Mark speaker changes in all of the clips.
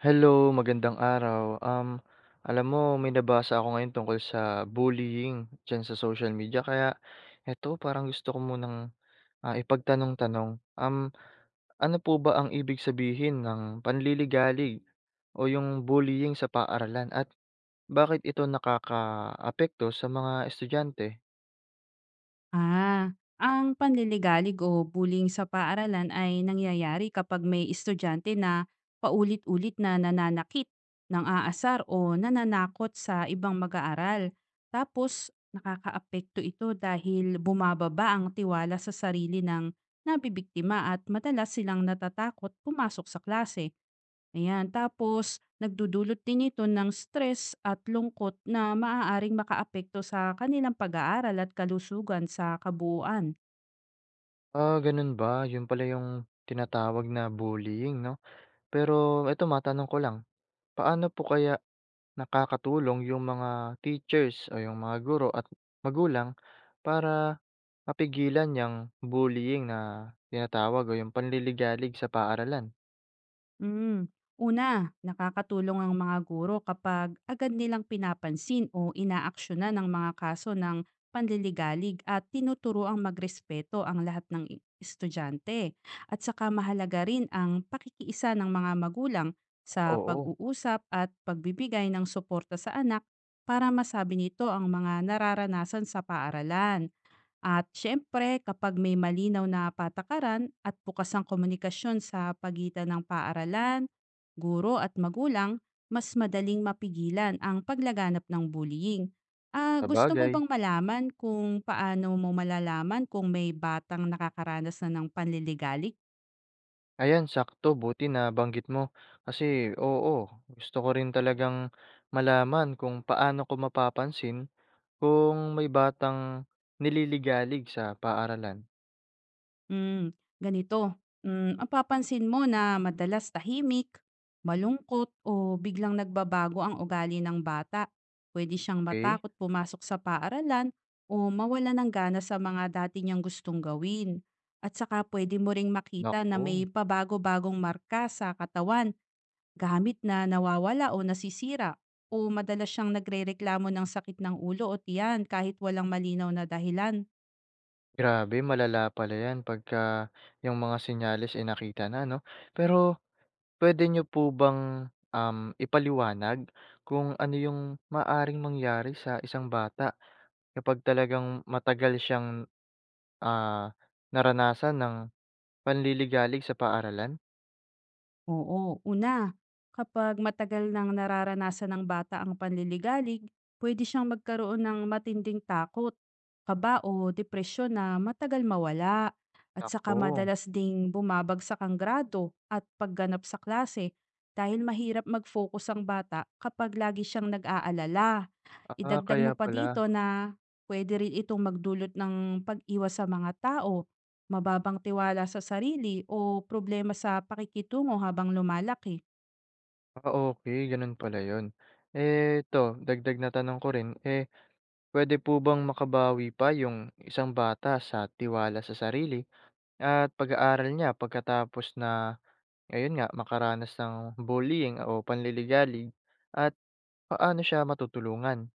Speaker 1: Hello, magandang araw. Alam mo may nabasa ako ngayon tungkol sa bullying diyan sa social media kaya eto parang gusto ko munang, ipagtanong-tanong. Ano po ba ang ibig sabihin ng panliligalig o yung bullying sa paaralan at bakit ito nakakaapekto sa mga estudyante?
Speaker 2: Ah, ang panliligalig o bullying sa paaralan ay nangyayari kapag may estudyante na paulit-ulit na nananakit, nang aasar o nananakot sa ibang mag-aaral. Tapos, nakakaapekto ito dahil bumababa ang tiwala sa sarili ng nabibiktima at madalas silang natatakot pumasok sa klase. Ayan, tapos nagdudulot din ito ng stress at lungkot na maaaring makaapekto sa kanilang pag-aaral at kalusugan sa kabuuan.
Speaker 1: Ah, ganun ba? Yun pala yung tinatawag na bullying 'no? Pero eto matanong ko lang, paano po kaya nakakatulong yung mga teachers o yung mga guro at magulang para mapigilan yung bullying na tinatawag o yung panliligalig sa paaralan.
Speaker 2: Mm. Una, nakakatulong ang mga guro kapag agad nilang pinapansin o inaaksyonan ng mga kaso ng panliligalig at tinuturo ang magrespeto ang lahat ng estudyante. At saka mahalaga rin ang pakikiisa ng mga magulang sa
Speaker 1: Oo.
Speaker 2: pag-uusap at pagbibigay ng suporta sa anak, para masabi nito ang mga nararanasan sa paaralan. At siyempre, kapag may malinaw na patakaran at bukas ang komunikasyon sa pagitan ng paaralan, guro at magulang, mas madaling mapigilan ang paglaganap ng bullying. Ah, gusto mo
Speaker 1: Sabagay,
Speaker 2: bang malaman kung paano mo malalaman kung may batang nakakaranas na ng panliligalig?
Speaker 1: ayan sakto buti na banggit mo kasi oo, gusto ko rin talagang malaman kung paano ko mapapansin kung may batang nililigalig sa paaralan.
Speaker 2: Ganito. Mapapansin mo na madalas tahimik, malungkot o biglang nagbabago ang ugali ng bata. Pwede siyang
Speaker 1: Okey.
Speaker 2: matakot pumasok sa paaralan o mawala ng gana sa mga dati niyang gustong gawin. At saka pwede mo ring makita na
Speaker 1: Naku.
Speaker 2: may pabago-bagong marka sa katawan, gamit na nawawala o nasisira, o madalas siyang nagrereklamo ng sakit ng ulo o tiyan kahit walang malinaw na dahilan.
Speaker 1: Grabe, malala pala 'yan pagka yung mga senyales, eh, nakita na 'no. Pero pwede nyo po bang, ipaliwanag kung ano yung maaaring mangyari sa isang bata kapag talagang matagal siyang, ah, naranasan ng panliligalig sa paaralan?
Speaker 2: Oo, una, kapag matagal nang nararanasan ng bata ang panliligalig, pwede siyang magkaroon ng matinding takot, kaba o depresyon na matagal mawala. At
Speaker 1: Ako.
Speaker 2: saka madalas ding bumabagsak ang grado at pagganap sa klase dahil mahirap mag-focus ang bata kapag lagi siyang nag-aalala.
Speaker 1: Ah,
Speaker 2: Idagdag
Speaker 1: kaya
Speaker 2: mo pa
Speaker 1: pala.
Speaker 2: dito na puwede rin itong magdulot ng pag-iwas sa mga tao, mababang tiwala sa sarili o problema sa pakikitungo habang lumalaki.
Speaker 1: Ah, okey, gano'n pala 'yon. Eh, 'to dagdag na tanong ko rin, eh, pwede po bang makabawi pa yung isang bata sa tiwala sa sarili at pag-aaral niya pagkatapos na, ayun nga, makaranas ng bullying o panliligalig at paano siya matutulungan.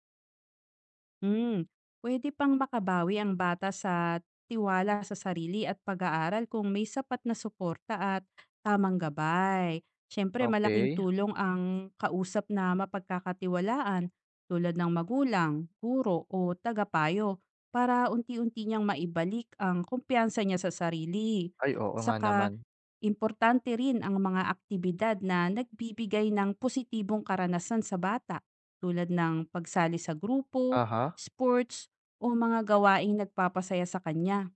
Speaker 2: Hmm, pwede pang makabawi ang bata sa tiwala sa sarili at pag-aaral kung may sapat na suporta at tamang gabay. Siyempre, malaking
Speaker 1: Okay.
Speaker 2: tulong ang kausap na mapagkakatiwalaan tulad ng magulang, guro o tagapayo, para unti-unti niyang maibalik ang kumpiyansa niya sa sarili.
Speaker 1: Ay, oo nga
Speaker 2: Saka
Speaker 1: naman.
Speaker 2: importante rin ang mga aktibidad na nagbibigay ng positibong karanasan sa bata, tulad ng pagsali sa grupo,
Speaker 1: Aha.
Speaker 2: sports, o mga gawaing nagpapasaya sa kanya.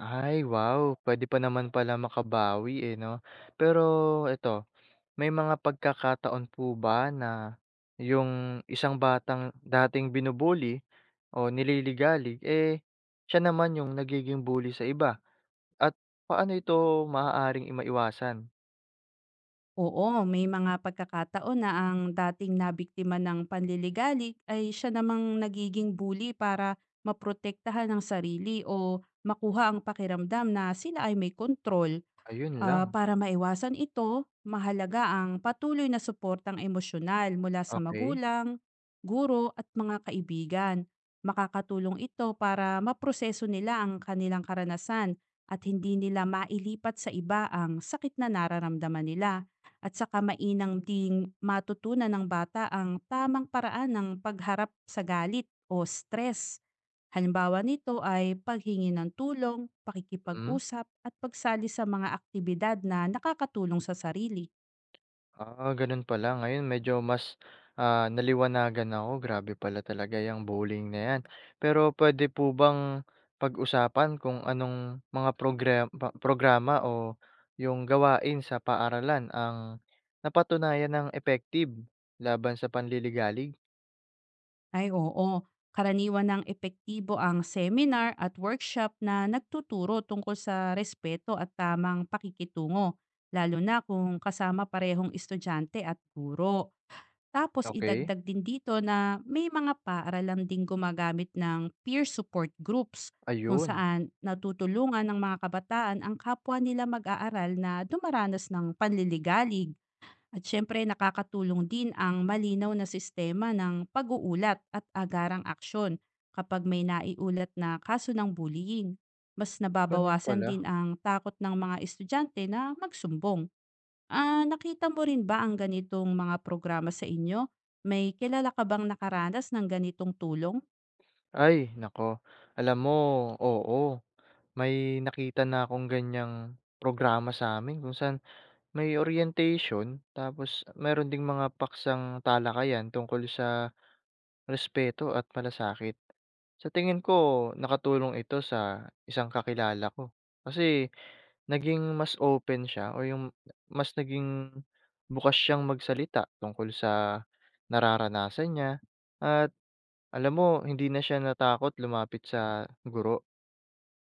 Speaker 1: Ay, wow! Pwede pa naman pala makabawi, eh, 'no? Pero eto, may mga pagkakataon po ba na yung isang batang dating binubuli o nililigalig, eh, siya naman yung nagiging bully sa iba at paano ito maaaring maiwasan?
Speaker 2: Oo, may mga pagkakataon na ang dating nabiktima ng panliligalig ay siya namang nagiging bully para maprotektahan ang sarili o makuha ang pakiramdam na sila ay may kontrol.
Speaker 1: Ayun
Speaker 2: Ah,
Speaker 1: lang.
Speaker 2: para maiwasan ito, mahalaga ang patuloy na suportang emosyonal mula sa
Speaker 1: Okey.
Speaker 2: magulang, guro at mga kaibigan. Makakatulong ito para maproseso nila ang kanilang karanasan at hindi nila mailipat sa iba ang sakit na nararamdaman nila. At saka mainang ding matutunan ng bata ang tamang paraan ng pagharap sa galit o stress. Halimbawa nito ay paghingi ng tulong,
Speaker 1: Mm.
Speaker 2: pakikipag-usap at pagsali sa mga aktibidad na nakakatulong sa sarili.
Speaker 1: Ah, gano'n pala ngayon medyo mas, naliwanagan ako grabe pala talaga 'yang bullying na 'yan. Pero puwede po bang pag-usapan kung anong mga programa o 'yung gawain sa paaralan ang napatunayan ng effective laban sa panliligalig?
Speaker 2: Ay oo, karaniwan ng epektibo ang seminar at workshop na nagtuturo tungkol sa respeto at tamang pakikitungo, lalo na kung kasama parehong estudyante at guro. Tapos,
Speaker 1: Okey.
Speaker 2: idagdag din dito na may mga paaralan ding gumagamit ng peer support groups kung
Speaker 1: Ayun.
Speaker 2: saan natutulungan ng mga kabataan ang kapwa nila mag-aaral na dumaranas ng panliligalig. At syempre, nakakatulong din ang malinaw na sistema ng pag-uulat at agarang aksyon kapag may naiulat na kaso ng bullying. Mas
Speaker 1: Gano'n
Speaker 2: nababawasan
Speaker 1: pala.
Speaker 2: din ang takot ng mga estudyante na magsumbong. Ah, nakita mo rin ba ang ganitong mga programa sa inyo? May kilala ka bang nakaranas ng ganitong tulong?
Speaker 1: Ay naku, alam mo oo, may nakita na akong ganyang programa sa'min kung saan may orientation, tapos meron ding mga paksang talakayan tungkol sa respeto at malasakit. Sa tingin ko, nakatulong ito sa isang kakilala ko. Kasi naging mas open siya o yung mas naging bukas siyang magsalita tungkol sa nararanasan niya at alam mo, hindi na siya natakot lumapit sa guro.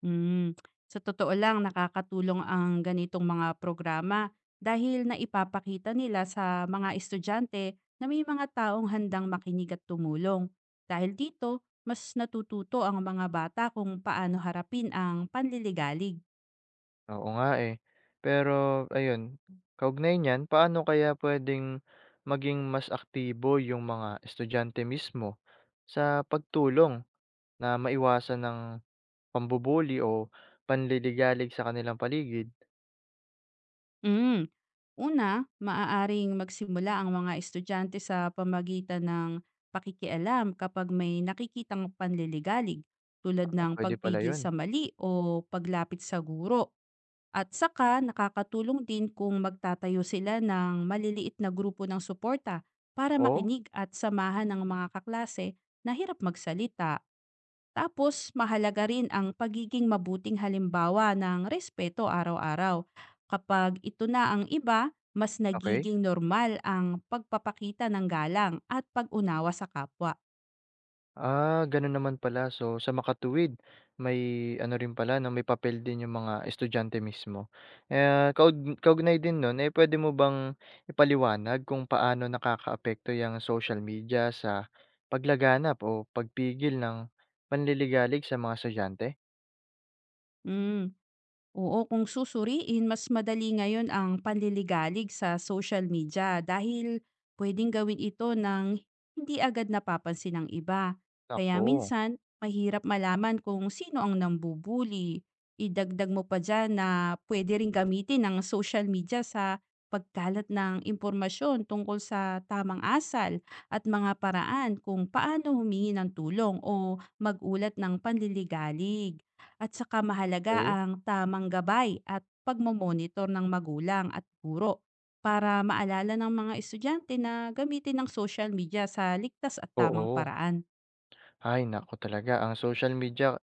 Speaker 2: Hmm, sa totoo lang, nakakatulong ang ganitong mga programa dahil naipapakita nila sa mga estudyante na may mga taong handang makinig at tumulong. Dahil dito, mas natututo ang mga bata kung paano harapin ang panliligalig.
Speaker 1: Oo nga, eh. Pero ayun, kaugnay niyan, paano kaya pwedeng maging mas aktibo yung mga estudyante mismo sa pagtulong na maiwasan ng pambubully o panliligalig sa kanilang paligid?
Speaker 2: Hmm. Una, maaaring magsimula ang mga estudyante sa pamagitan ng pakikialam kapag may nakikitang panliligalig, tulad
Speaker 1: Ah,
Speaker 2: ng
Speaker 1: puwede pala
Speaker 2: pagpigil
Speaker 1: yun.
Speaker 2: sa mali o paglapit sa guro. At saka nakakatulong din kung magtatayo sila ng maliliit na grupo ng suporta para
Speaker 1: Oh.
Speaker 2: makinig at samahan ng mga kaklase na hirap magsalita. Tapos, mahalaga rin ang pagiging mabuting halimbawa ng respeto araw-araw. Kapag ito na ang iba, mas
Speaker 1: Okey.
Speaker 2: nagiging normal ang pagpapakita ng galang at pag-unawa sa kapwa.
Speaker 1: Ah, gano'n naman pala. So, sa makatuwid may ano rin pala 'no, may papel din yung mga estudyante mismo. Eh kaugnay din no'n, eh, puwede mo bang ipaliwanag kung paano nakakaapekto yung social media sa paglaganap o pagpigil ng panliligalig sa mga estudyante?
Speaker 2: Mm. Oo, kung susuriin, mas madali ngayon ang panliligalig sa social media dahil pwedeng gawin ito ng hindi agad napapansin ng iba. Kaya
Speaker 1: Naku.
Speaker 2: minsan, mahirap malaman kung sino ang nambubuli. Idagdag mo pa dyan na pwede rin gamitin ang social media sa pagkalat ng impormasyon tungkol sa tamang asal at mga paraan kung paano humingi ng tulong o magulat ng panliligalig. At saka mahalaga
Speaker 1: Okey.
Speaker 2: ang tamang gabay at pagmomonitor ng magulang at guro, para maalala ng mga estudyante na gamitin ang social media sa ligtas at tamang
Speaker 1: Oo.
Speaker 2: paraan.
Speaker 1: Ay naku talaga, ang social media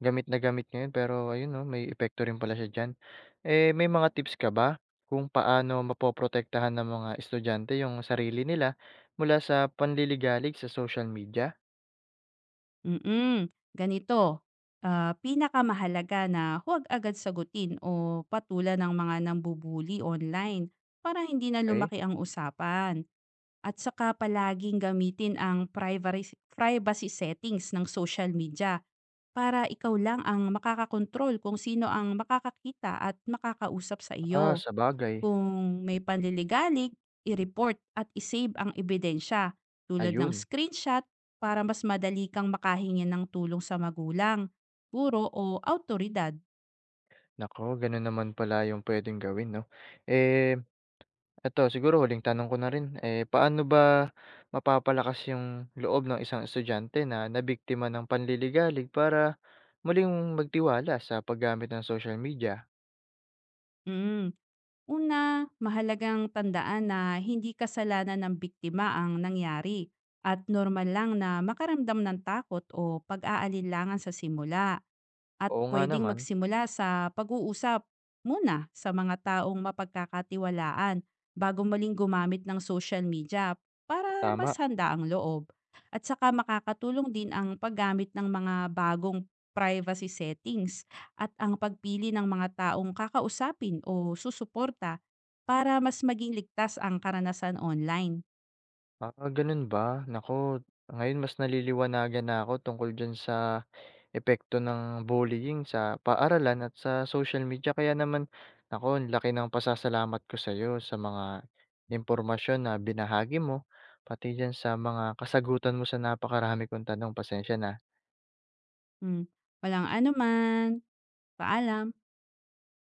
Speaker 1: gamit na gamit ngayon pero ayun 'no, may epekto rin pala siya diyan. Eh, may mga tips ka ba kung paano mapoprotektahan ng mga estudyante yung sarili nila mula sa panliligalig sa social media?
Speaker 2: Ganito, pinakamahalaga na huwag agad sagutin o patulan ng mga nambubuli online para hindi na
Speaker 1: Okey.
Speaker 2: lumaki ang usapan. At saka palaging gamitin ang privacy settings ng social media, para ikaw lang ang makakakontrol kung sino ang makakakita at makakausap sa
Speaker 1: Ah,
Speaker 2: iyo.
Speaker 1: sabagay.
Speaker 2: Kung may panliligalig, i-report at isave ang ebidensya, tulad ng
Speaker 1: Ayun.
Speaker 2: screenshot, para mas madali kang makahingi ng tulong sa magulang, guro o autoridad.
Speaker 1: Naku, gano'n naman pala yung pwedeng gawin 'no. Eh, eto siguro huling tanong ko na rin, eh, paano ba mapapalakas yung loob ng isang estudyante na nabiktima ng panliligalig para muling magtiwala sa paggamit ng social media?
Speaker 2: Mm. Una, mahalagang tandaan na hindi kasalanan ng biktima ang nangyari at normal lang na makaramdam ng takot o pag-aalinlangan sa simula, at
Speaker 1: Oo nga
Speaker 2: pwedeng
Speaker 1: naman.
Speaker 2: magsimula sa pag-uusap muna sa mga taong mapagkakatiwalaan bago muling gumamit ng social media, para mas
Speaker 1: Tama.
Speaker 2: handa ang loob. At saka makakatulong din ang paggamit ng mga bagong privacy settings at ang pagpili ng mga taong kakausapin o susuporta, para mas maging ligtas ang karanasan online.
Speaker 1: Ah, ganun ba? Naku, ngayon mas naliliwanagan na ako tungkol dyan sa epekto ng bullying sa paaralan at sa social media. Kaya naman, naku, ang laki ng pasasalamat ko sa sa'yo sa mga impormasyon na binahagi mo, pati dyan sa mga kasagutan mo sa napakarami kong tanong. Pasensya na.
Speaker 2: Hmm. Walang anuman. Paalam.